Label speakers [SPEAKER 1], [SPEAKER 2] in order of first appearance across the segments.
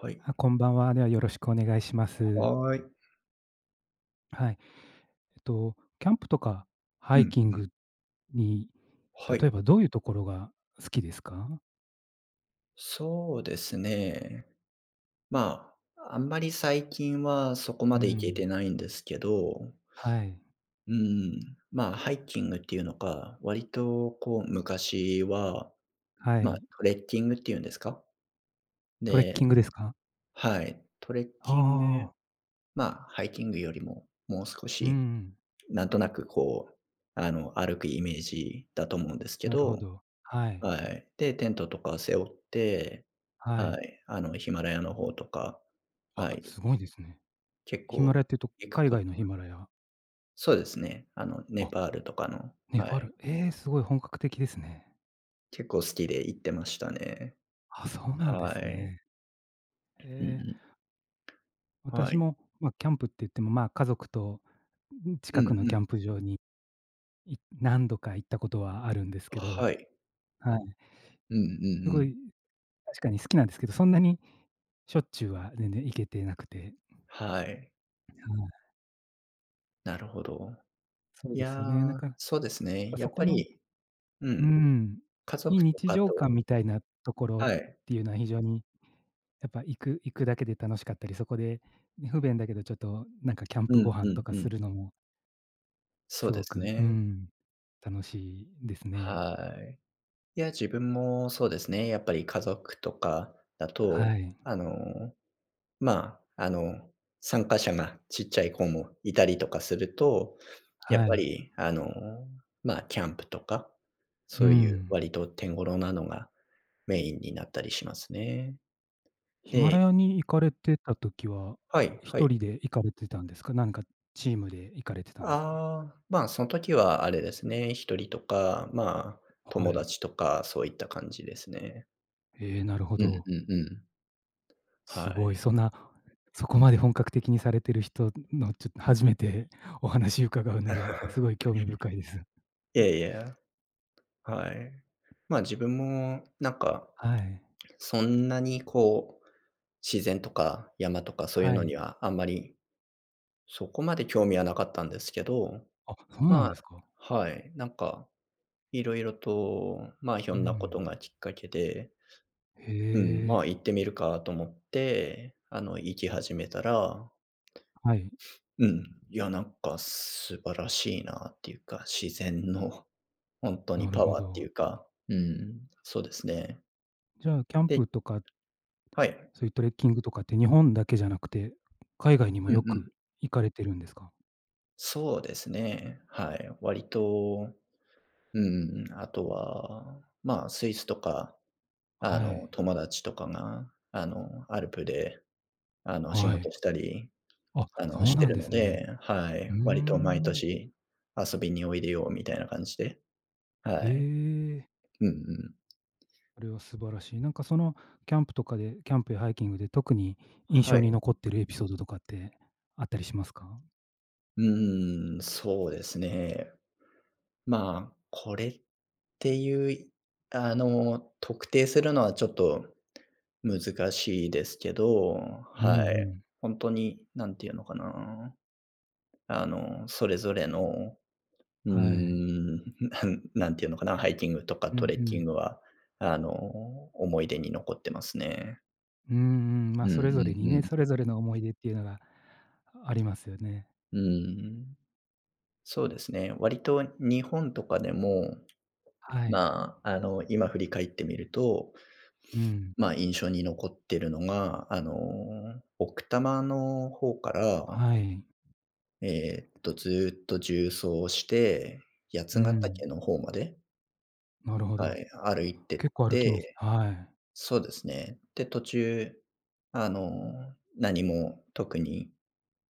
[SPEAKER 1] はい。
[SPEAKER 2] あ、こんばんは。では、よろしくお願いします。
[SPEAKER 1] はーい。
[SPEAKER 2] はい。キャンプとかハ
[SPEAKER 1] う
[SPEAKER 2] イ
[SPEAKER 1] ん。
[SPEAKER 2] キングに、
[SPEAKER 1] は
[SPEAKER 2] 例え
[SPEAKER 1] い。
[SPEAKER 2] ばどういうところが好きですか？
[SPEAKER 1] そうですね。まあ、あんまり最近はそこま
[SPEAKER 2] う
[SPEAKER 1] で行け
[SPEAKER 2] ん。
[SPEAKER 1] てないんですけど、
[SPEAKER 2] はい。
[SPEAKER 1] うん、まあ、ハイキングっていうのか、割とこう昔は、
[SPEAKER 2] は
[SPEAKER 1] まあ、
[SPEAKER 2] い。
[SPEAKER 1] トレッキングっていうんですか？
[SPEAKER 2] トレッキ
[SPEAKER 1] で
[SPEAKER 2] ングですか？
[SPEAKER 1] はい、トレッキング、
[SPEAKER 2] ああ、
[SPEAKER 1] まあ、ハイキングよりも、もう少
[SPEAKER 2] う
[SPEAKER 1] し、
[SPEAKER 2] ん。
[SPEAKER 1] なんとなくこう、歩くイメージだと思うんですけ
[SPEAKER 2] なるほ
[SPEAKER 1] ど、
[SPEAKER 2] ど。はい。
[SPEAKER 1] はい。で、テントとか背負って、
[SPEAKER 2] は
[SPEAKER 1] は
[SPEAKER 2] い。
[SPEAKER 1] い、ヒマラヤの方とか、
[SPEAKER 2] あ、
[SPEAKER 1] はい、
[SPEAKER 2] すごいですね。
[SPEAKER 1] 結
[SPEAKER 2] ヒマ
[SPEAKER 1] 構
[SPEAKER 2] ラヤっていうと、
[SPEAKER 1] 行く
[SPEAKER 2] 海
[SPEAKER 1] こと、
[SPEAKER 2] 外のヒマラヤ。
[SPEAKER 1] そうですね、ネ
[SPEAKER 2] あ、
[SPEAKER 1] パールとかの、
[SPEAKER 2] ネ
[SPEAKER 1] は
[SPEAKER 2] パー
[SPEAKER 1] い、
[SPEAKER 2] ル。ええ、すごい本格的ですね。
[SPEAKER 1] 結構好きで行ってましたね。
[SPEAKER 2] あ、そうなんで
[SPEAKER 1] は
[SPEAKER 2] す
[SPEAKER 1] い。
[SPEAKER 2] ね。え
[SPEAKER 1] うんう
[SPEAKER 2] え、
[SPEAKER 1] ん。は
[SPEAKER 2] 私
[SPEAKER 1] い。
[SPEAKER 2] も、ま、キャンプって言っても、まあ、家族と、ん、
[SPEAKER 1] うん
[SPEAKER 2] 近くの
[SPEAKER 1] うん。
[SPEAKER 2] キャンプ場に何度か行ったことはあるんですけど、
[SPEAKER 1] はい。
[SPEAKER 2] はい。
[SPEAKER 1] うんうん
[SPEAKER 2] す
[SPEAKER 1] う
[SPEAKER 2] ご
[SPEAKER 1] ん。
[SPEAKER 2] い、確かに好きなんですけど、そんなにしょっちゅうは全然行けてなくて、はい。
[SPEAKER 1] はい。なるほど。
[SPEAKER 2] そう
[SPEAKER 1] い
[SPEAKER 2] で
[SPEAKER 1] や
[SPEAKER 2] すよね。なん
[SPEAKER 1] ー、
[SPEAKER 2] か、やっ
[SPEAKER 1] そうですね、
[SPEAKER 2] ぱ
[SPEAKER 1] や
[SPEAKER 2] そ
[SPEAKER 1] っ
[SPEAKER 2] こ
[SPEAKER 1] ぱ
[SPEAKER 2] の
[SPEAKER 1] り、う
[SPEAKER 2] う
[SPEAKER 1] ん、
[SPEAKER 2] ん、
[SPEAKER 1] 家
[SPEAKER 2] 非
[SPEAKER 1] 族と
[SPEAKER 2] 日
[SPEAKER 1] か
[SPEAKER 2] 常感
[SPEAKER 1] と、
[SPEAKER 2] みたいなところっ
[SPEAKER 1] はい。
[SPEAKER 2] ていうのは非常に、やっぱ行くだけで楽しかったり、そこで、ね、不便だけどちょっとなんかキャン
[SPEAKER 1] う
[SPEAKER 2] プご
[SPEAKER 1] んう
[SPEAKER 2] 飯と
[SPEAKER 1] ん
[SPEAKER 2] か
[SPEAKER 1] う
[SPEAKER 2] す
[SPEAKER 1] ん。
[SPEAKER 2] るのも
[SPEAKER 1] そう
[SPEAKER 2] す
[SPEAKER 1] で
[SPEAKER 2] ご
[SPEAKER 1] す
[SPEAKER 2] く、う
[SPEAKER 1] ね。
[SPEAKER 2] ん、楽しいですね。
[SPEAKER 1] はい。いや、自分もそうですね。やっぱり家族とかだと、
[SPEAKER 2] はい。
[SPEAKER 1] あの、まあ、あの、参加者がちっちゃい子もいたりとかすると、やっ
[SPEAKER 2] は
[SPEAKER 1] ぱ
[SPEAKER 2] い。
[SPEAKER 1] り、まあ、キャンプとか、
[SPEAKER 2] う
[SPEAKER 1] そういう
[SPEAKER 2] ん。
[SPEAKER 1] 割と手頃なのがメインになったりしますね。
[SPEAKER 2] ヒマラ
[SPEAKER 1] で
[SPEAKER 2] ヤに行かれてた時は、
[SPEAKER 1] はいは
[SPEAKER 2] 一
[SPEAKER 1] い。
[SPEAKER 2] 人で行かれてたんですか？何かチームで行かれてたんですか？
[SPEAKER 1] ああ、まあ、その時はあれですね、一人とか、まあ、
[SPEAKER 2] は
[SPEAKER 1] 友
[SPEAKER 2] い。
[SPEAKER 1] 達とかそういった感じですね。
[SPEAKER 2] ええ、なるほ
[SPEAKER 1] うん
[SPEAKER 2] ど。
[SPEAKER 1] うんうん。は
[SPEAKER 2] すごい、
[SPEAKER 1] い。
[SPEAKER 2] そんな、そこまで本格的にされてる人のちょっと初めて お話伺うので、すごい 興味深いです。
[SPEAKER 1] いやいや。はい。ま、自分もなんか、
[SPEAKER 2] はい。
[SPEAKER 1] そんなにこう、自然とか山とかそういう
[SPEAKER 2] は
[SPEAKER 1] の
[SPEAKER 2] い。
[SPEAKER 1] にはあんまり、そこまで興味はなかったんですけど、
[SPEAKER 2] あ、そうな
[SPEAKER 1] ま
[SPEAKER 2] ん
[SPEAKER 1] あ、
[SPEAKER 2] ですか。
[SPEAKER 1] はい、なんかいろいろと、まあ、ひ
[SPEAKER 2] う
[SPEAKER 1] ょんなこ
[SPEAKER 2] ん。
[SPEAKER 1] とがきっかけで、
[SPEAKER 2] へ
[SPEAKER 1] うん、まあ、行
[SPEAKER 2] え。
[SPEAKER 1] ってみるかと思って、行き始めたら、
[SPEAKER 2] はい、
[SPEAKER 1] うん、いや、なんか素晴らしいなっていうか、自然の本当に
[SPEAKER 2] なる
[SPEAKER 1] パ
[SPEAKER 2] ほ
[SPEAKER 1] ワーって
[SPEAKER 2] ど。
[SPEAKER 1] いうか、うん、そうですね。
[SPEAKER 2] じゃあ、キャン
[SPEAKER 1] で
[SPEAKER 2] プとか、
[SPEAKER 1] はい、
[SPEAKER 2] そういうトレッキングとかって日本だけじゃなくて、海外にも
[SPEAKER 1] うんう
[SPEAKER 2] よく
[SPEAKER 1] ん。
[SPEAKER 2] 行かれてるんですか？
[SPEAKER 1] そうですね。はい。割と、うん、あとは、まあ、スイスとか、
[SPEAKER 2] はい。
[SPEAKER 1] 友達とかが、アルプで、仕
[SPEAKER 2] は
[SPEAKER 1] 事
[SPEAKER 2] い。
[SPEAKER 1] したり、
[SPEAKER 2] あ、そう
[SPEAKER 1] して
[SPEAKER 2] なん
[SPEAKER 1] る
[SPEAKER 2] で
[SPEAKER 1] の
[SPEAKER 2] すね。
[SPEAKER 1] で、はい。
[SPEAKER 2] うー
[SPEAKER 1] 割と毎
[SPEAKER 2] ん。
[SPEAKER 1] 年遊びにおいでよみたいな感じで、は
[SPEAKER 2] え
[SPEAKER 1] い。
[SPEAKER 2] え、
[SPEAKER 1] うんうん。
[SPEAKER 2] それは素晴らしい。なんかそのキャンプとかでキャンプやハイキングで特に印
[SPEAKER 1] は
[SPEAKER 2] 象
[SPEAKER 1] い。
[SPEAKER 2] に残ってるエピソードとかってあったりしますか？
[SPEAKER 1] うーん、そうですね。まあ、これっていう特定するのはちょっと難しいですけど、
[SPEAKER 2] うん
[SPEAKER 1] は
[SPEAKER 2] う
[SPEAKER 1] い。
[SPEAKER 2] ん。
[SPEAKER 1] 本んになんていうのかな、それぞれの、うー
[SPEAKER 2] はい。
[SPEAKER 1] ん、なんなんていうのかな、ハイキングとか
[SPEAKER 2] うんう
[SPEAKER 1] トレッキン
[SPEAKER 2] ん。
[SPEAKER 1] グは、あの、思い出に残ってますね。
[SPEAKER 2] うんうん。
[SPEAKER 1] う
[SPEAKER 2] ま
[SPEAKER 1] ん
[SPEAKER 2] あ、
[SPEAKER 1] う
[SPEAKER 2] それぞれ
[SPEAKER 1] ん
[SPEAKER 2] にね、そ
[SPEAKER 1] う
[SPEAKER 2] れ
[SPEAKER 1] ん。
[SPEAKER 2] ぞれの思い出っていうのがありますよね。
[SPEAKER 1] うん。そうですね。割と日本とかでも、
[SPEAKER 2] はい。
[SPEAKER 1] まあ、今振り返ってみると、
[SPEAKER 2] うん。
[SPEAKER 1] まあ、印象に残ってるのが、奥多摩の方から
[SPEAKER 2] はい。
[SPEAKER 1] ずっと縦走して、
[SPEAKER 2] う
[SPEAKER 1] 八ヶ
[SPEAKER 2] ん。
[SPEAKER 1] 岳の方まで、
[SPEAKER 2] なるほ
[SPEAKER 1] は
[SPEAKER 2] ど。
[SPEAKER 1] い、歩いてっ
[SPEAKER 2] 結構歩きます。
[SPEAKER 1] て、
[SPEAKER 2] はい。
[SPEAKER 1] そうですね。で、途中、何も特に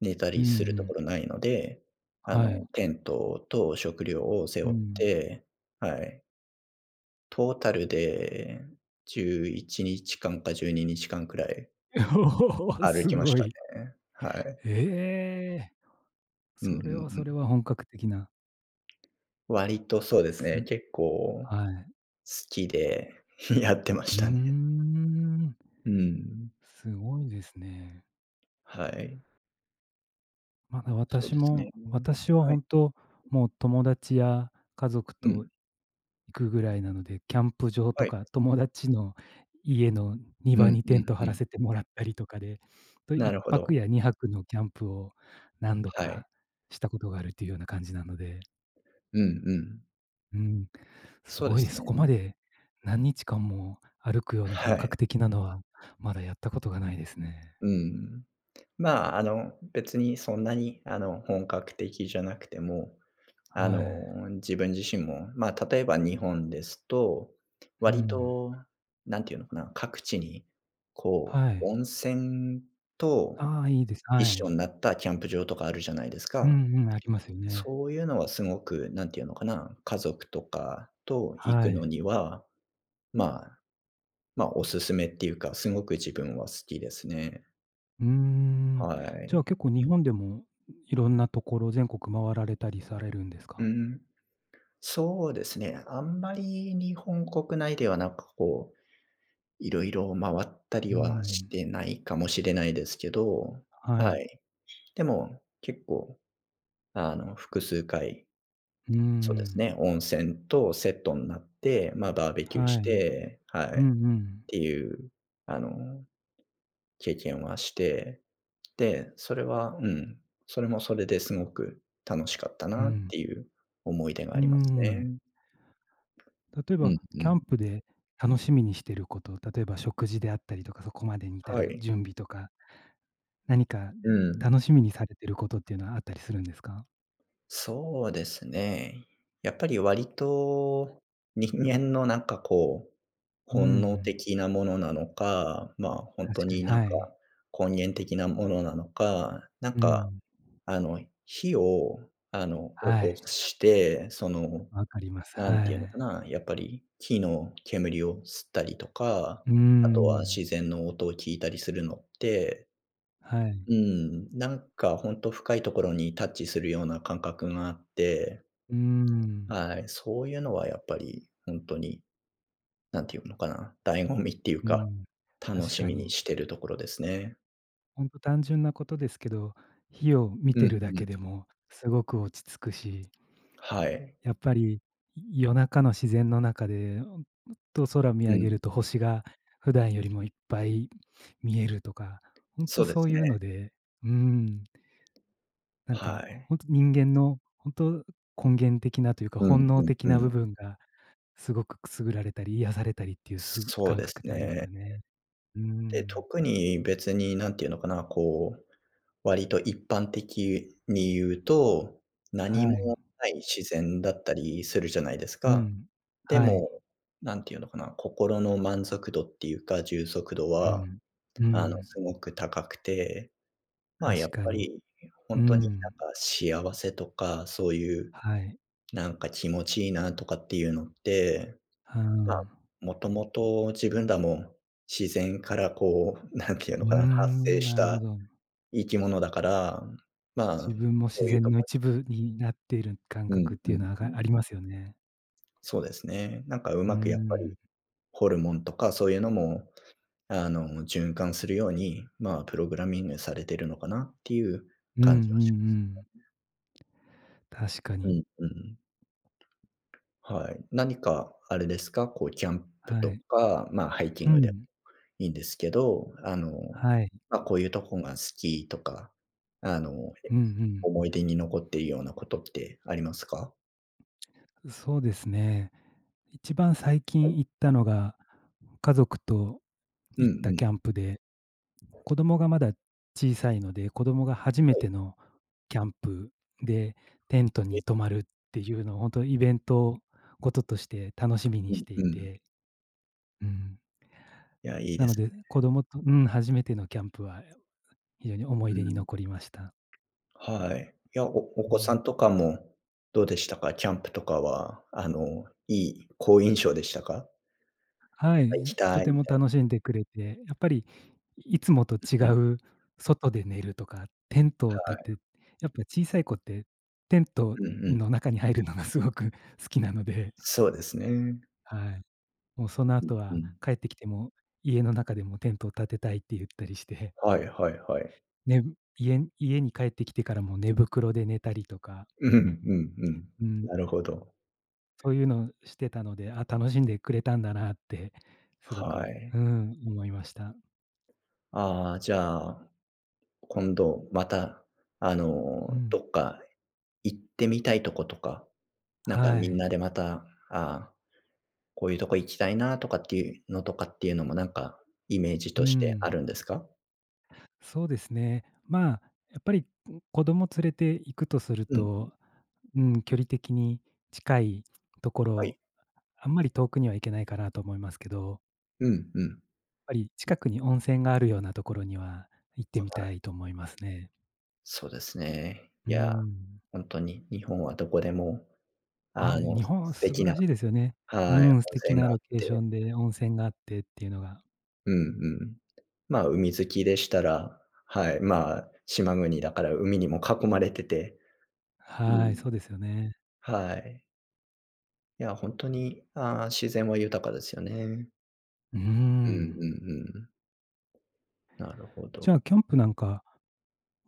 [SPEAKER 1] 寝た
[SPEAKER 2] う
[SPEAKER 1] り
[SPEAKER 2] んう
[SPEAKER 1] するとこ
[SPEAKER 2] ん。
[SPEAKER 1] ろないので、
[SPEAKER 2] はい。
[SPEAKER 1] テントと食料を背
[SPEAKER 2] う
[SPEAKER 1] 負っ
[SPEAKER 2] ん。
[SPEAKER 1] て、はい、トータルで11日間か12日間くらい
[SPEAKER 2] おお、
[SPEAKER 1] 歩
[SPEAKER 2] す
[SPEAKER 1] きまし
[SPEAKER 2] ご
[SPEAKER 1] た
[SPEAKER 2] い。
[SPEAKER 1] ね。はい。
[SPEAKER 2] ええ。
[SPEAKER 1] うんうん
[SPEAKER 2] それは
[SPEAKER 1] う
[SPEAKER 2] それ
[SPEAKER 1] ん。
[SPEAKER 2] は本格的な、
[SPEAKER 1] 割とそうです
[SPEAKER 2] す
[SPEAKER 1] ね、結構好
[SPEAKER 2] はい。
[SPEAKER 1] きで やってま
[SPEAKER 2] う
[SPEAKER 1] し
[SPEAKER 2] ー
[SPEAKER 1] たね。
[SPEAKER 2] ん、
[SPEAKER 1] うん。
[SPEAKER 2] すごいですね。
[SPEAKER 1] はい。
[SPEAKER 2] まだ
[SPEAKER 1] そうですね。
[SPEAKER 2] 私は
[SPEAKER 1] はい。
[SPEAKER 2] 本当、もう友達や家族
[SPEAKER 1] う
[SPEAKER 2] と行
[SPEAKER 1] ん。
[SPEAKER 2] くぐらいなので、キャンプ場と
[SPEAKER 1] はい。
[SPEAKER 2] か友達の家の
[SPEAKER 1] う
[SPEAKER 2] 庭
[SPEAKER 1] ん
[SPEAKER 2] に
[SPEAKER 1] う
[SPEAKER 2] テン
[SPEAKER 1] ん
[SPEAKER 2] ト張
[SPEAKER 1] う
[SPEAKER 2] ら
[SPEAKER 1] ん。
[SPEAKER 2] せてもらったりとかで、と
[SPEAKER 1] な
[SPEAKER 2] 1
[SPEAKER 1] るほ
[SPEAKER 2] 泊
[SPEAKER 1] ど。
[SPEAKER 2] や二泊のキャンプを何度
[SPEAKER 1] はい。
[SPEAKER 2] かしたことがあるというような感じなので、
[SPEAKER 1] うんうん。
[SPEAKER 2] うん。す
[SPEAKER 1] そうで
[SPEAKER 2] ごいで
[SPEAKER 1] す
[SPEAKER 2] す。そこま
[SPEAKER 1] ね。
[SPEAKER 2] で何日間も歩くような本
[SPEAKER 1] はい。
[SPEAKER 2] 格的なのは、まだやったことがないですね。
[SPEAKER 1] うん。まあ、別にそんなに本格的じゃなくても、あ
[SPEAKER 2] は
[SPEAKER 1] の、
[SPEAKER 2] い。
[SPEAKER 1] 自分自身も、まあ、例えば日本ですと、
[SPEAKER 2] う
[SPEAKER 1] 割
[SPEAKER 2] ん。
[SPEAKER 1] と、なんていうのかな、各地に、こ
[SPEAKER 2] は
[SPEAKER 1] う、
[SPEAKER 2] い。
[SPEAKER 1] 温泉と
[SPEAKER 2] ああ、いいです。
[SPEAKER 1] 一
[SPEAKER 2] は
[SPEAKER 1] 緒
[SPEAKER 2] い。
[SPEAKER 1] になったキャンプ場とかあるじゃないです
[SPEAKER 2] う
[SPEAKER 1] か。
[SPEAKER 2] んうん、ありますよね。
[SPEAKER 1] そういうのはすごく、なんていうのかな、家族とかと行
[SPEAKER 2] は
[SPEAKER 1] くの
[SPEAKER 2] い。
[SPEAKER 1] には、まあ、まあ、おすすめっていうか、すごく自分は好きですね。
[SPEAKER 2] うーん。
[SPEAKER 1] は
[SPEAKER 2] じゃあ
[SPEAKER 1] い。
[SPEAKER 2] 結構日本でもいろんなところ、全国回られたりされるんです
[SPEAKER 1] う
[SPEAKER 2] か？
[SPEAKER 1] ん。そうですね、あんまり日本国内ではなんかこういろいろ回った
[SPEAKER 2] う
[SPEAKER 1] り
[SPEAKER 2] ー
[SPEAKER 1] はし
[SPEAKER 2] ん。
[SPEAKER 1] てないかもしれないですけど、
[SPEAKER 2] はい。
[SPEAKER 1] はい。でも、結構、複数回、
[SPEAKER 2] うー
[SPEAKER 1] そうです
[SPEAKER 2] ん。
[SPEAKER 1] ね、温泉とセットになって、まあ、バーベキュー
[SPEAKER 2] は
[SPEAKER 1] し
[SPEAKER 2] い。
[SPEAKER 1] て、は
[SPEAKER 2] う
[SPEAKER 1] い、っ
[SPEAKER 2] んうん。
[SPEAKER 1] ていう、あの、経験はして、で、それはうん、それもそれですごく楽しかった
[SPEAKER 2] う
[SPEAKER 1] なっ
[SPEAKER 2] ん。
[SPEAKER 1] ていう思い出が
[SPEAKER 2] う
[SPEAKER 1] あ
[SPEAKER 2] ー
[SPEAKER 1] ります
[SPEAKER 2] ん。
[SPEAKER 1] ね。
[SPEAKER 2] 例え
[SPEAKER 1] う
[SPEAKER 2] ば、
[SPEAKER 1] んう
[SPEAKER 2] キャ
[SPEAKER 1] ん。
[SPEAKER 2] ンプで楽しみにしてること、例えば食事であったりとか、そこまでに至
[SPEAKER 1] は
[SPEAKER 2] る
[SPEAKER 1] い。
[SPEAKER 2] 準備とか、何か
[SPEAKER 1] うん。
[SPEAKER 2] 楽しみにされてることっていうのはあったりするんですか？
[SPEAKER 1] そうですね。やっぱり割と人間のなんかこう、
[SPEAKER 2] う
[SPEAKER 1] 本能
[SPEAKER 2] ん、
[SPEAKER 1] 的なものなのか、まあ、本当
[SPEAKER 2] 確かに、
[SPEAKER 1] になん
[SPEAKER 2] は
[SPEAKER 1] か
[SPEAKER 2] い。
[SPEAKER 1] 根源的なものなのか、なん
[SPEAKER 2] う
[SPEAKER 1] か、
[SPEAKER 2] ん、
[SPEAKER 1] あの、火を、起
[SPEAKER 2] は
[SPEAKER 1] こ
[SPEAKER 2] い、
[SPEAKER 1] して、その、
[SPEAKER 2] わかります。
[SPEAKER 1] なん
[SPEAKER 2] は
[SPEAKER 1] ていうのか
[SPEAKER 2] い。
[SPEAKER 1] な、やっぱり木の煙を吸ったりとか、
[SPEAKER 2] うー
[SPEAKER 1] あとは
[SPEAKER 2] ん、
[SPEAKER 1] 自然の音を聞いたりするのって、
[SPEAKER 2] はい。
[SPEAKER 1] うん、なんか本当深いところにタッチするような感覚があって、
[SPEAKER 2] うーん、
[SPEAKER 1] はい、そういうのはやっぱり本当になんていうのかな、醍醐味っていう
[SPEAKER 2] う
[SPEAKER 1] か、
[SPEAKER 2] ん、
[SPEAKER 1] 楽
[SPEAKER 2] 確
[SPEAKER 1] し
[SPEAKER 2] か
[SPEAKER 1] みに
[SPEAKER 2] に。
[SPEAKER 1] してるところですね。
[SPEAKER 2] ほんと単純なことですけど、火を見
[SPEAKER 1] うん
[SPEAKER 2] てるだ
[SPEAKER 1] うん。
[SPEAKER 2] けでもすごく落ち着くし、
[SPEAKER 1] はい。
[SPEAKER 2] やっぱり、夜中の自然の中で、ほんと空を見
[SPEAKER 1] う
[SPEAKER 2] 上
[SPEAKER 1] ん。
[SPEAKER 2] げると星が普段よりもいっぱい見えるとか、ほんと
[SPEAKER 1] そうで
[SPEAKER 2] そ
[SPEAKER 1] す
[SPEAKER 2] ういうの
[SPEAKER 1] ね。
[SPEAKER 2] で、うーん、なん
[SPEAKER 1] は
[SPEAKER 2] か、
[SPEAKER 1] い。
[SPEAKER 2] ほんと人間のほんと根源的なというか、
[SPEAKER 1] う
[SPEAKER 2] 本
[SPEAKER 1] んう
[SPEAKER 2] 能
[SPEAKER 1] ん
[SPEAKER 2] 的
[SPEAKER 1] う
[SPEAKER 2] な部
[SPEAKER 1] ん。
[SPEAKER 2] 分がすごくくすぐられたり、癒されたりっていう
[SPEAKER 1] そう
[SPEAKER 2] 感
[SPEAKER 1] です
[SPEAKER 2] 覚ってあります
[SPEAKER 1] ね。
[SPEAKER 2] よね。うー
[SPEAKER 1] で、
[SPEAKER 2] ん、
[SPEAKER 1] 特に別になんていうのかな、こう、割と一般的に言うと、
[SPEAKER 2] は
[SPEAKER 1] 何
[SPEAKER 2] い、
[SPEAKER 1] もない自然だったりするじゃないです
[SPEAKER 2] う
[SPEAKER 1] か。
[SPEAKER 2] ん、
[SPEAKER 1] で
[SPEAKER 2] はい、
[SPEAKER 1] も、なんていうのかな、心の満足度っていうか、充足度
[SPEAKER 2] う
[SPEAKER 1] は
[SPEAKER 2] ん、うん、
[SPEAKER 1] すごく高くて、まあ、や
[SPEAKER 2] 確
[SPEAKER 1] っ
[SPEAKER 2] か
[SPEAKER 1] ぱ
[SPEAKER 2] に。
[SPEAKER 1] りほ
[SPEAKER 2] う
[SPEAKER 1] んとに
[SPEAKER 2] ん、
[SPEAKER 1] なんか幸せとか、そういう
[SPEAKER 2] はい、
[SPEAKER 1] なんか気持ちいいなとかっていうのって、
[SPEAKER 2] あ
[SPEAKER 1] まあ、
[SPEAKER 2] あ、
[SPEAKER 1] もともと自分らも自然からこう、なんていう
[SPEAKER 2] う
[SPEAKER 1] の
[SPEAKER 2] ー
[SPEAKER 1] かな、発生
[SPEAKER 2] ん、
[SPEAKER 1] し
[SPEAKER 2] なるほ
[SPEAKER 1] た
[SPEAKER 2] ど。
[SPEAKER 1] 生き物だから、まあ、
[SPEAKER 2] 自分も
[SPEAKER 1] そ
[SPEAKER 2] 自
[SPEAKER 1] ういう
[SPEAKER 2] 然
[SPEAKER 1] と
[SPEAKER 2] の
[SPEAKER 1] こ
[SPEAKER 2] 一部になっている感
[SPEAKER 1] に
[SPEAKER 2] 覚っ
[SPEAKER 1] うん
[SPEAKER 2] て
[SPEAKER 1] う
[SPEAKER 2] いう
[SPEAKER 1] ん
[SPEAKER 2] のは、
[SPEAKER 1] う
[SPEAKER 2] が
[SPEAKER 1] ん。
[SPEAKER 2] ありますよね。
[SPEAKER 1] そうですね。なんかう
[SPEAKER 2] うー
[SPEAKER 1] まくやっぱり
[SPEAKER 2] ん。
[SPEAKER 1] ホルモンとかそういうのも、循環するように、まあ、プログラミングされてるのかなっていう
[SPEAKER 2] うんうんう
[SPEAKER 1] 感じはします。
[SPEAKER 2] ん。確か
[SPEAKER 1] う
[SPEAKER 2] に。
[SPEAKER 1] んうん。はい。何かあれですか、こうキャンプ
[SPEAKER 2] は
[SPEAKER 1] と
[SPEAKER 2] い。
[SPEAKER 1] か、まあ、ハイキ
[SPEAKER 2] う
[SPEAKER 1] ングで
[SPEAKER 2] ん。
[SPEAKER 1] いいんですけど、
[SPEAKER 2] はい。
[SPEAKER 1] ま、こういうとこが好きとか、あの、
[SPEAKER 2] うんうん。
[SPEAKER 1] 思い出に残っているようなことってありますか？
[SPEAKER 2] そうですね。一番最
[SPEAKER 1] はい。
[SPEAKER 2] 近行ったのが、家族と
[SPEAKER 1] うん
[SPEAKER 2] 行っ
[SPEAKER 1] う
[SPEAKER 2] たキ
[SPEAKER 1] ん。
[SPEAKER 2] ャンプで、子供がまだ小さいので、子供が初め
[SPEAKER 1] はい。
[SPEAKER 2] てのキャンプで、テント
[SPEAKER 1] え、
[SPEAKER 2] に泊まるっていうのを、ほんとイベントごととして楽しみに
[SPEAKER 1] う
[SPEAKER 2] し
[SPEAKER 1] ん
[SPEAKER 2] て
[SPEAKER 1] う
[SPEAKER 2] い
[SPEAKER 1] ん。
[SPEAKER 2] て。うん。
[SPEAKER 1] いや、いいで
[SPEAKER 2] なの
[SPEAKER 1] す
[SPEAKER 2] で、
[SPEAKER 1] ね。
[SPEAKER 2] 子供と、うん、初めてのキャンプは非常に思い
[SPEAKER 1] う
[SPEAKER 2] 出に
[SPEAKER 1] ん。
[SPEAKER 2] 残りました。
[SPEAKER 1] はい。お
[SPEAKER 2] う
[SPEAKER 1] 子さん
[SPEAKER 2] ん。
[SPEAKER 1] とかもどうでしたか？キャンプとかは、あの、いい好印象でしたか？
[SPEAKER 2] は
[SPEAKER 1] また行き
[SPEAKER 2] い、と
[SPEAKER 1] たい
[SPEAKER 2] て
[SPEAKER 1] み
[SPEAKER 2] も
[SPEAKER 1] たい
[SPEAKER 2] 楽しんでくれて、やっぱりいつもと
[SPEAKER 1] な
[SPEAKER 2] 違
[SPEAKER 1] うん、
[SPEAKER 2] う外で寝るとか、テントを
[SPEAKER 1] は
[SPEAKER 2] 立て、
[SPEAKER 1] い。
[SPEAKER 2] やっぱ小さい子ってテント
[SPEAKER 1] うんうん。
[SPEAKER 2] の中に入るのがすごく 好きなので、
[SPEAKER 1] そうですね。
[SPEAKER 2] はい。もうその
[SPEAKER 1] う
[SPEAKER 2] 後
[SPEAKER 1] んう
[SPEAKER 2] は
[SPEAKER 1] ん。
[SPEAKER 2] 帰ってきても、家の中でもテントを立てたいって言ったりして、
[SPEAKER 1] はいはいはい。
[SPEAKER 2] ね、家に帰ってきてからも寝袋で寝たりとか、
[SPEAKER 1] うんうんうん。
[SPEAKER 2] うん。
[SPEAKER 1] なるほど。
[SPEAKER 2] そういうのしてたので、あ、楽しんでくれたんだなって、すご
[SPEAKER 1] は
[SPEAKER 2] く、
[SPEAKER 1] い。
[SPEAKER 2] うん、思いました。
[SPEAKER 1] ああ、じゃあ、今度また、
[SPEAKER 2] うん。
[SPEAKER 1] どっか行ってみたいとことか、なんか
[SPEAKER 2] は
[SPEAKER 1] みん
[SPEAKER 2] い。
[SPEAKER 1] なでまた、ああ、こういうとこ行きたいなとかっていうのとかっていうのもなんかイメージ
[SPEAKER 2] う
[SPEAKER 1] として
[SPEAKER 2] ん。
[SPEAKER 1] あるんですか？
[SPEAKER 2] そうですね。まあ、やっぱり、ん、子供連れて行くとする
[SPEAKER 1] うん、
[SPEAKER 2] と、うん、距離的に近いとこ
[SPEAKER 1] はい。
[SPEAKER 2] ろ、あんまり遠くには行けないかなと思いますけど、やっ
[SPEAKER 1] うんうん。
[SPEAKER 2] ぱり近くに温泉があるようなところには行ってみ
[SPEAKER 1] は
[SPEAKER 2] た
[SPEAKER 1] い。
[SPEAKER 2] いと思いますね。
[SPEAKER 1] そうですね。
[SPEAKER 2] う
[SPEAKER 1] いや、
[SPEAKER 2] ん。
[SPEAKER 1] 本当に日本はどこでも、
[SPEAKER 2] あ、日本は
[SPEAKER 1] 素
[SPEAKER 2] 素
[SPEAKER 1] 敵
[SPEAKER 2] 晴
[SPEAKER 1] な
[SPEAKER 2] らしいですよね。う
[SPEAKER 1] はい、
[SPEAKER 2] ん、素
[SPEAKER 1] 温
[SPEAKER 2] 敵
[SPEAKER 1] 泉
[SPEAKER 2] な
[SPEAKER 1] があっ
[SPEAKER 2] ロケーシ
[SPEAKER 1] て
[SPEAKER 2] ョンで温泉があってっていうのが。
[SPEAKER 1] うんうん。まあ、海好きでしたら、はい、まあ、島国だから海にも囲まれててう
[SPEAKER 2] はい、
[SPEAKER 1] ん。
[SPEAKER 2] そうですよね。
[SPEAKER 1] はい。いや、ほんとに、ああ、自然は豊かですよね。
[SPEAKER 2] うー
[SPEAKER 1] うんうんう
[SPEAKER 2] ん。
[SPEAKER 1] ん。なるほ
[SPEAKER 2] じゃ
[SPEAKER 1] ど。
[SPEAKER 2] あ、キャンプなんか、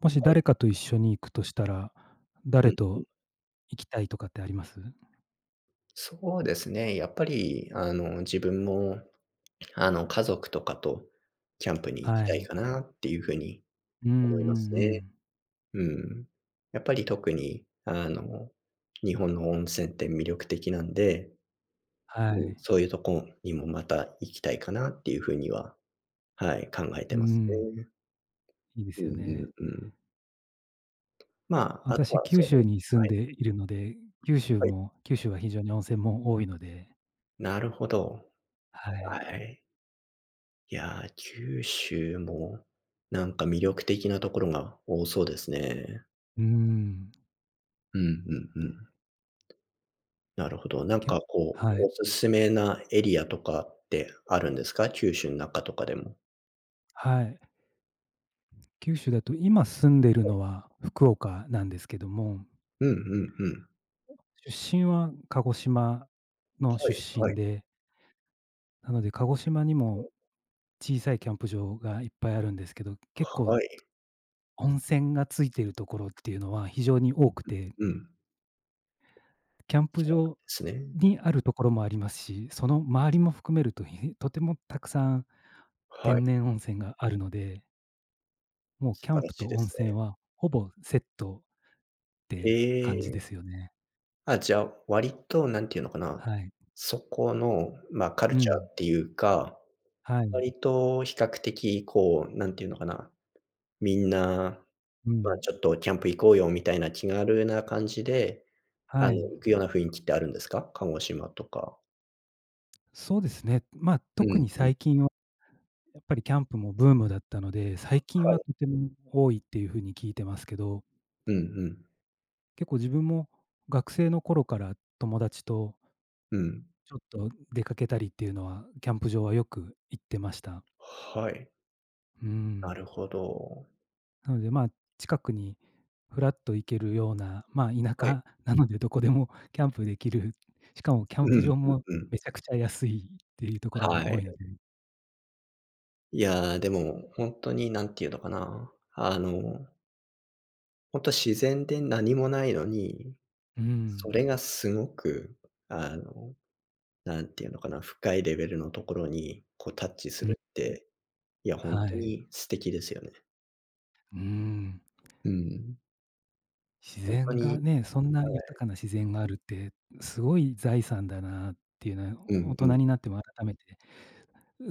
[SPEAKER 2] もし
[SPEAKER 1] はい。
[SPEAKER 2] 誰かと一緒に行くとしたら、
[SPEAKER 1] う
[SPEAKER 2] 誰
[SPEAKER 1] ん。
[SPEAKER 2] と行きたいとかってあります？
[SPEAKER 1] そうですね、やっぱり、自分も、家族とかとキャンプに行き
[SPEAKER 2] は
[SPEAKER 1] たい
[SPEAKER 2] い。
[SPEAKER 1] かなっていう風に
[SPEAKER 2] うんうん
[SPEAKER 1] 思いま
[SPEAKER 2] う
[SPEAKER 1] すね。
[SPEAKER 2] ん。
[SPEAKER 1] うん。やっぱり特に、日本の温泉って魅力的なんでう
[SPEAKER 2] は
[SPEAKER 1] ん、
[SPEAKER 2] い。
[SPEAKER 1] そういうとこにもまた行きたいかなっていうふうには、はい、考え
[SPEAKER 2] う
[SPEAKER 1] てます
[SPEAKER 2] ん、
[SPEAKER 1] ね。
[SPEAKER 2] いいで
[SPEAKER 1] うん
[SPEAKER 2] すよ
[SPEAKER 1] う
[SPEAKER 2] ね。
[SPEAKER 1] んうん。まあ、あと
[SPEAKER 2] 私、
[SPEAKER 1] はそ
[SPEAKER 2] 九
[SPEAKER 1] の
[SPEAKER 2] 州に住
[SPEAKER 1] は
[SPEAKER 2] ん
[SPEAKER 1] い、
[SPEAKER 2] でいるので、
[SPEAKER 1] はい。
[SPEAKER 2] 九州は非常に温泉も多いので、
[SPEAKER 1] なるほど。
[SPEAKER 2] はい。
[SPEAKER 1] はい。いや、九州もなんか魅力的なところが多そうですね。
[SPEAKER 2] うーん。
[SPEAKER 1] うんうんうん。なるほど。なん
[SPEAKER 2] きゃ
[SPEAKER 1] かこ
[SPEAKER 2] は
[SPEAKER 1] う、お
[SPEAKER 2] い、
[SPEAKER 1] すすめなエリアとかってあるんですか？九州の中とかでも。
[SPEAKER 2] はい。九州だと今住んでいるのは福岡なんですけども、
[SPEAKER 1] うんうんうん。
[SPEAKER 2] 出身は鹿児島の
[SPEAKER 1] はい
[SPEAKER 2] 出
[SPEAKER 1] はい。
[SPEAKER 2] 身で、なので鹿児島にも小さいキャンプ場がいっぱいあるんですけど、結構
[SPEAKER 1] はい。
[SPEAKER 2] 温泉がついているところっていうのは非常に多くて、
[SPEAKER 1] うん。
[SPEAKER 2] キャンプ
[SPEAKER 1] そうなんで
[SPEAKER 2] 場
[SPEAKER 1] すね。
[SPEAKER 2] にあるところもありますし、その周りも含めると、とてもたくさん
[SPEAKER 1] はい。
[SPEAKER 2] 天然温泉があるので、もう
[SPEAKER 1] 素
[SPEAKER 2] キャ
[SPEAKER 1] 晴
[SPEAKER 2] ン
[SPEAKER 1] ら
[SPEAKER 2] プ
[SPEAKER 1] しい
[SPEAKER 2] と
[SPEAKER 1] で
[SPEAKER 2] 温
[SPEAKER 1] す
[SPEAKER 2] 泉
[SPEAKER 1] ね。
[SPEAKER 2] はほぼセットっ
[SPEAKER 1] へ
[SPEAKER 2] て感じ
[SPEAKER 1] え。
[SPEAKER 2] ですよね。
[SPEAKER 1] あ、じゃあ、割となんていうのかな、
[SPEAKER 2] はい。
[SPEAKER 1] そこの、まあ、カル
[SPEAKER 2] う
[SPEAKER 1] チャー
[SPEAKER 2] ん。
[SPEAKER 1] っていうか、
[SPEAKER 2] はい。
[SPEAKER 1] 割と比較的こう、なんていうのかな、みんな、
[SPEAKER 2] う
[SPEAKER 1] まあ、
[SPEAKER 2] ん。
[SPEAKER 1] ちょっとキャンプ行こうよみたいな気軽な感じで、
[SPEAKER 2] はい。
[SPEAKER 1] 行くような雰囲気ってあるんですか？鹿児島とか。
[SPEAKER 2] そうですね。まあ、
[SPEAKER 1] う
[SPEAKER 2] 特
[SPEAKER 1] ん
[SPEAKER 2] に
[SPEAKER 1] うん。
[SPEAKER 2] 最近やっぱりキャンプもブームだったので、最近
[SPEAKER 1] は
[SPEAKER 2] は
[SPEAKER 1] い。
[SPEAKER 2] とても多いっていう風に聞いてますけど、
[SPEAKER 1] うんうん。
[SPEAKER 2] 結構自分も学生の頃から友達と
[SPEAKER 1] うん。
[SPEAKER 2] ちょっと出かけたりっていうのは、キャンプ場はよく行ってました。
[SPEAKER 1] はい。
[SPEAKER 2] う
[SPEAKER 1] な
[SPEAKER 2] ん。
[SPEAKER 1] るほど。
[SPEAKER 2] なので、まあ、近くにふらっと行けるような、まあ、田
[SPEAKER 1] はい。
[SPEAKER 2] 舎なのでどこでもキャンプできる、しかもキャン
[SPEAKER 1] う
[SPEAKER 2] プ
[SPEAKER 1] ん
[SPEAKER 2] 場
[SPEAKER 1] うん
[SPEAKER 2] も
[SPEAKER 1] うん。
[SPEAKER 2] めちゃくちゃ安いっていうところ
[SPEAKER 1] は
[SPEAKER 2] も多
[SPEAKER 1] い。
[SPEAKER 2] いので。
[SPEAKER 1] いや、でもほんとになんていうのかな、ほんと自然で何もないのに、
[SPEAKER 2] う
[SPEAKER 1] そ
[SPEAKER 2] ん。
[SPEAKER 1] れがすごく、あの、なんていうのかな、深いレベルのところに、こうタッチす
[SPEAKER 2] うん、
[SPEAKER 1] るって、いや、ほん
[SPEAKER 2] は
[SPEAKER 1] と
[SPEAKER 2] い。
[SPEAKER 1] に素敵ですよね。
[SPEAKER 2] うん。
[SPEAKER 1] うん。
[SPEAKER 2] 自
[SPEAKER 1] ほんと
[SPEAKER 2] 然
[SPEAKER 1] に
[SPEAKER 2] がね、そんな
[SPEAKER 1] は
[SPEAKER 2] 豊
[SPEAKER 1] い。
[SPEAKER 2] かな自然があるって、すごい財産だなっていうの
[SPEAKER 1] う
[SPEAKER 2] は、大
[SPEAKER 1] んうん。
[SPEAKER 2] 人になっても改めて、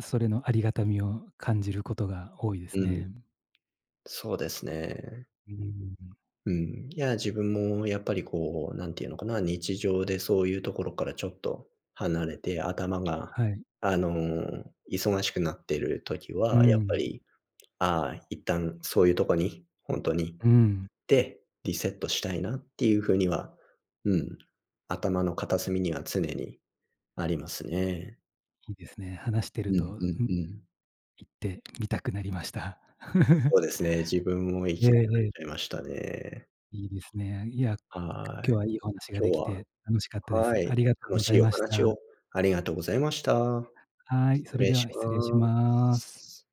[SPEAKER 2] それのありがたみを感じることが多いで
[SPEAKER 1] う
[SPEAKER 2] す
[SPEAKER 1] ん。
[SPEAKER 2] ね。
[SPEAKER 1] そうですね。
[SPEAKER 2] うーん。
[SPEAKER 1] うん。いや、自分もやっぱりこう、なんていうのかな、日常でそういうところからちょっと離れて、頭が、
[SPEAKER 2] はい。
[SPEAKER 1] 忙しくなってる時
[SPEAKER 2] う
[SPEAKER 1] は、やっぱ
[SPEAKER 2] ん。
[SPEAKER 1] り、ああ、一旦そういうとこに、ほんとに
[SPEAKER 2] うん。
[SPEAKER 1] て、リセットしたいなっていうふうには、うん、頭の片隅には常にありますね。
[SPEAKER 2] いいですね。話して
[SPEAKER 1] う
[SPEAKER 2] る
[SPEAKER 1] んう
[SPEAKER 2] と、
[SPEAKER 1] んうん。
[SPEAKER 2] 行ってみたくなりました。
[SPEAKER 1] そうですね、自分も行
[SPEAKER 2] え
[SPEAKER 1] き
[SPEAKER 2] え
[SPEAKER 1] たくなっ
[SPEAKER 2] え
[SPEAKER 1] ちゃい
[SPEAKER 2] え、
[SPEAKER 1] ましたね。
[SPEAKER 2] いいですね。いや、
[SPEAKER 1] はい。
[SPEAKER 2] 今日はいいお話が
[SPEAKER 1] 今
[SPEAKER 2] で
[SPEAKER 1] 日
[SPEAKER 2] き
[SPEAKER 1] は
[SPEAKER 2] て楽しかったで
[SPEAKER 1] は
[SPEAKER 2] す。あ
[SPEAKER 1] い、
[SPEAKER 2] りがとう
[SPEAKER 1] 楽
[SPEAKER 2] ござ
[SPEAKER 1] し
[SPEAKER 2] い
[SPEAKER 1] いお
[SPEAKER 2] ました。
[SPEAKER 1] 話をありがとうございました。
[SPEAKER 2] はい、そ
[SPEAKER 1] 失
[SPEAKER 2] れ
[SPEAKER 1] 礼
[SPEAKER 2] で
[SPEAKER 1] し
[SPEAKER 2] は失礼し
[SPEAKER 1] ま
[SPEAKER 2] ます。
[SPEAKER 1] す。